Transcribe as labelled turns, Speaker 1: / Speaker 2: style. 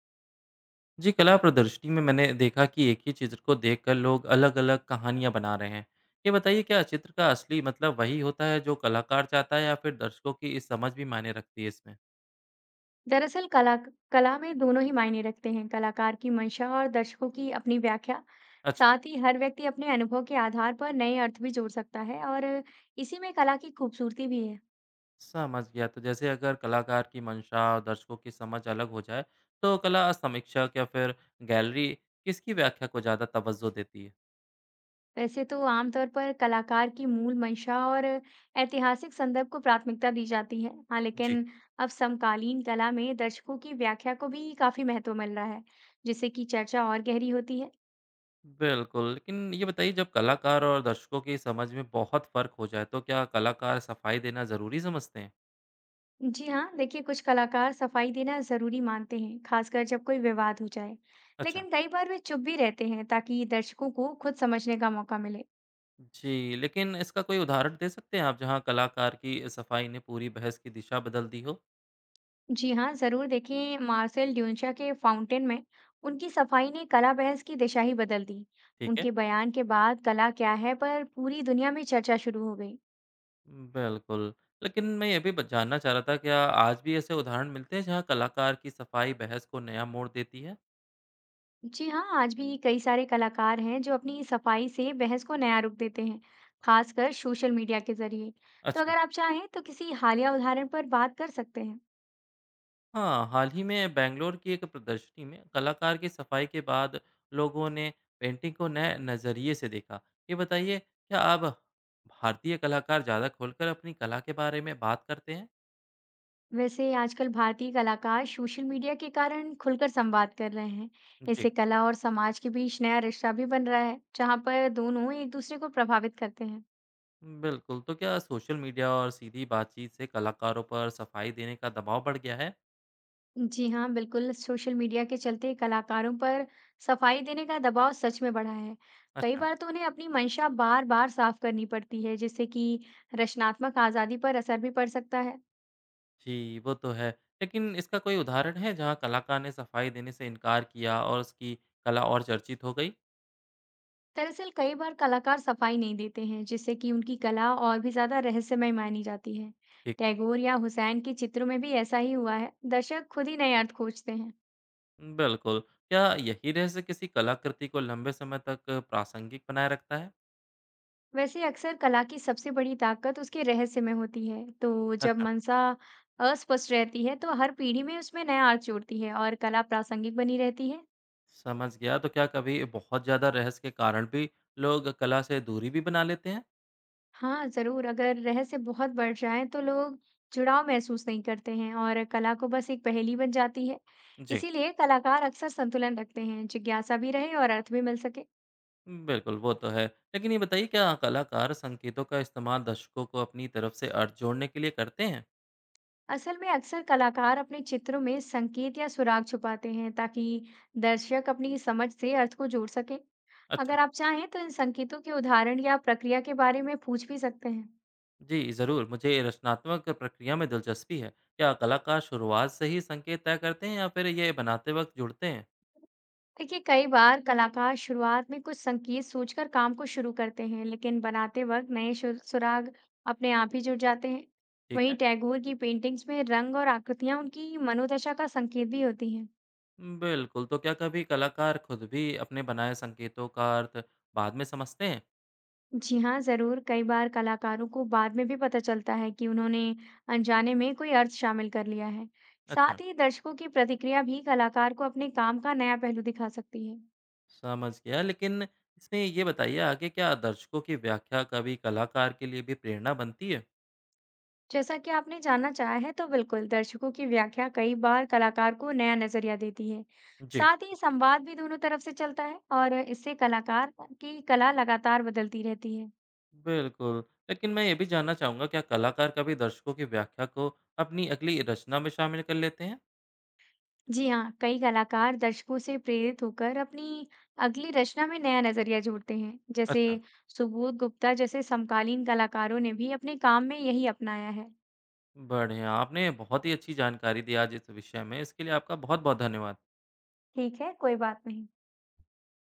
Speaker 1: जी, कला प्रदर्शनी में मैंने देखा कि एक ही चित्र को देखकर लोग अलग-अलग कहानियाँ बना रहे हैं। ये बताइए क्या चित्र का असली मतलब वही होता है जो कलाकार चाहता है या फिर दर्शकों की इस समझ भी मायने रखती है इसमें?
Speaker 2: दरअसल कला कला में दोनों ही मायने रखते हैं। कलाकार की मंशा और दर्शकों की अपनी व्याख्या।
Speaker 1: अच्छा,
Speaker 2: साथ ही हर व्यक्ति अपने अनुभव के आधार पर नए अर्थ भी जोड़ सकता है और इसी में कला की खूबसूरती भी है।
Speaker 1: समझ गया। तो जैसे अगर कलाकार की मंशा और दर्शकों की समझ अलग हो जाए, तो कला समीक्षक या फिर गैलरी किसकी व्याख्या को ज़्यादा तवज्जो देती है?
Speaker 2: वैसे तो आमतौर पर कलाकार की मूल मंशा और ऐतिहासिक संदर्भ को प्राथमिकता दी जाती है। हाँ
Speaker 1: जी।
Speaker 2: लेकिन अब समकालीन कला में दर्शकों की व्याख्या को भी काफी महत्व मिल रहा है, जिससे कि चर्चा और गहरी होती है।
Speaker 1: बिल्कुल, लेकिन ये बताइए जब कलाकार और दर्शकों की समझ में बहुत फ़र्क हो जाए, तो क्या कलाकार सफाई देना ज़रूरी समझते हैं?
Speaker 2: जी हाँ, देखिए, कुछ कलाकार सफाई देना जरूरी मानते हैं, खासकर जब कोई विवाद हो जाए।
Speaker 1: अच्छा।
Speaker 2: लेकिन कई बार वे चुप भी रहते हैं ताकि दर्शकों को खुद समझने का मौका मिले।
Speaker 1: जी, लेकिन इसका कोई उदाहरण दे सकते हैं आप जहाँ कलाकार की सफाई ने पूरी बहस की दिशा बदल दी हो?
Speaker 2: जी हाँ, जरूर। देखें, मार्सेल ड्यून्शा के फाउंटेन में उनकी सफाई ने कला बहस की दिशा ही बदल दी।
Speaker 1: ठीक है।
Speaker 2: उनके बयान के बाद कला क्या है पर पूरी दुनिया में चर्चा शुरू हो गई।
Speaker 1: बिल्कुल, लेकिन मैं ये भी ब जानना चाह रहा था क्या आज भी ऐसे उदाहरण मिलते हैं जहाँ कलाकार की सफाई बहस को नया मोड़ देती है?
Speaker 2: जी हाँ, आज भी कई सारे कलाकार हैं जो अपनी सफाई से बहस को नया रूप देते हैं, खासकर सोशल मीडिया के जरिए। तो
Speaker 1: अच्छा।
Speaker 2: अगर आप चाहें तो किसी हालिया उदाहरण पर बात कर सकते हैं।
Speaker 1: हाँ, हाल ही में बैंगलोर की एक प्रदर्शनी में कलाकार की सफाई के बाद लोगों ने पेंटिंग को नए नज़रिए से देखा। ये बताइए क्या अब भारतीय कलाकार ज़्यादा खुलकर अपनी कला के बारे में बात करते हैं?
Speaker 2: वैसे आजकल भारतीय कलाकार सोशल मीडिया के कारण खुलकर संवाद कर रहे हैं।
Speaker 1: जी।
Speaker 2: इससे कला और समाज के बीच नया रिश्ता भी बन रहा है, जहाँ पर दोनों एक दूसरे को प्रभावित करते हैं।
Speaker 1: बिल्कुल, तो क्या सोशल मीडिया और सीधी बातचीत से कलाकारों पर सफाई देने का दबाव बढ़ गया है?
Speaker 2: जी हाँ, बिल्कुल। सोशल मीडिया के चलते कलाकारों पर सफाई देने का दबाव सच में बढ़ा है। कई
Speaker 1: अच्छा।
Speaker 2: बार तो उन्हें अपनी मंशा बार-बार साफ करनी पड़ती है, जिससे कि रचनात्मक आज़ादी पर असर भी पड़ सकता है।
Speaker 1: जी, वो तो है। लेकिन इसका कोई उदाहरण है जहाँ कलाकार ने सफाई देने से इनकार किया और उसकी कला और चर्चित हो गई?
Speaker 2: दरअसल कई बार कलाकार सफाई नहीं देते हैं, जिससे कि उनकी कला और भी ज़्यादा रहस्यमय मानी जाती है।
Speaker 1: ठीक है।
Speaker 2: टैगोर या हुसैन के चित्रों में भी ऐसा ही हुआ है। दर्शक खुद ही नए अर्थ खोजते हैं।
Speaker 1: बिल्कुल, क्या यही रहस्य किसी कलाकृति को लंबे समय तक प्रासंगिक बनाए रखता है?
Speaker 2: वैसे अक्सर कला की सबसे बड़ी ताकत उसके रहस्य में होती है। तो जब
Speaker 1: अच्छा।
Speaker 2: मनसा अस्पष्ट रहती है, तो हर पीढ़ी में उसमें नया अर्थ जोड़ती है और कला प्रासंगिक बनी रहती है।
Speaker 1: समझ गया, तो क्या कभी बहुत ज़्यादा रहस्य के कारण भी लोग कला से दूरी भी बना लेते हैं?
Speaker 2: हाँ, ज़रूर, अगर रहस्य बहुत बढ़ जाए, तो लोग जुड़ाव महसूस नहीं करते हैं और कला को बस एक पहेली बन जाती है।
Speaker 1: जी।
Speaker 2: इसीलिए कलाकार अक्सर संतुलन रखते हैं, जिज्ञासा भी रहे और अर्थ भी मिल सके।
Speaker 1: बिल्कुल, वो तो है। लेकिन ये बताइए क्या कलाकार संकेतों का इस्तेमाल दर्शकों को अपनी तरफ से अर्थ जोड़ने के लिए करते हैं?
Speaker 2: असल में अक्सर कलाकार अपने चित्रों में संकेत या सुराग छुपाते हैं ताकि दर्शक अपनी समझ से अर्थ को जोड़ सकें।
Speaker 1: अच्छा।
Speaker 2: अगर आप चाहें तो इन संकेतों के उदाहरण या प्रक्रिया के बारे में पूछ भी सकते हैं।
Speaker 1: जी, ज़रूर। मुझे रचनात्मक प्रक्रिया में दिलचस्पी है। क्या कलाकार शुरुआत से ही संकेत तय करते हैं या फिर ये बनाते वक़्त जुड़ते हैं?
Speaker 2: देखिए, कई बार कलाकार शुरुआत में कुछ संकेत सोचकर काम को शुरू करते हैं, लेकिन बनाते वक्त नए सुराग अपने आप ही जुड़ जाते हैं।
Speaker 1: ठीक
Speaker 2: वहीं
Speaker 1: है।
Speaker 2: टैगोर की पेंटिंग्स में रंग और आकृतियां उनकी मनोदशा का संकेत भी होती हैं।
Speaker 1: बिल्कुल, तो क्या कभी कलाकार खुद भी अपने बनाए संकेतों का अर्थ बाद में समझते हैं?
Speaker 2: जी हाँ, ज़रूर। कई बार कलाकारों को बाद में भी पता चलता है कि उन्होंने अनजाने में कोई अर्थ शामिल कर लिया है।
Speaker 1: अच्छा।
Speaker 2: साथ ही दर्शकों की प्रतिक्रिया भी कलाकार को अपने काम का नया पहलू दिखा सकती है।
Speaker 1: समझ गया, लेकिन इसमें ये बताइए आगे क्या दर्शकों की व्याख्या कभी कलाकार के लिए भी प्रेरणा बनती है?
Speaker 2: जैसा कि आपने जानना चाहा है, तो बिल्कुल, दर्शकों की व्याख्या कई बार कलाकार को नया नज़रिया देती है।
Speaker 1: जी।
Speaker 2: साथ ही संवाद भी दोनों तरफ से चलता है और इससे कलाकार की कला लगातार बदलती रहती है।
Speaker 1: बिल्कुल, लेकिन मैं ये भी जानना चाहूँगा क्या कलाकार कभी दर्शकों की व्याख्या को अपनी अगली रचना में शामिल कर लेते हैं?
Speaker 2: जी हाँ, कई कलाकार दर्शकों से प्रेरित होकर अपनी अगली रचना में नया नजरिया जोड़ते हैं, जैसे
Speaker 1: अच्छा।
Speaker 2: सुबोध गुप्ता जैसे समकालीन कलाकारों ने भी अपने काम में यही अपनाया है।
Speaker 1: बढ़िया, आपने बहुत ही अच्छी जानकारी दी आज इस विषय में, इसके लिए आपका बहुत-बहुत धन्यवाद।
Speaker 2: ठीक है, कोई बात नहीं।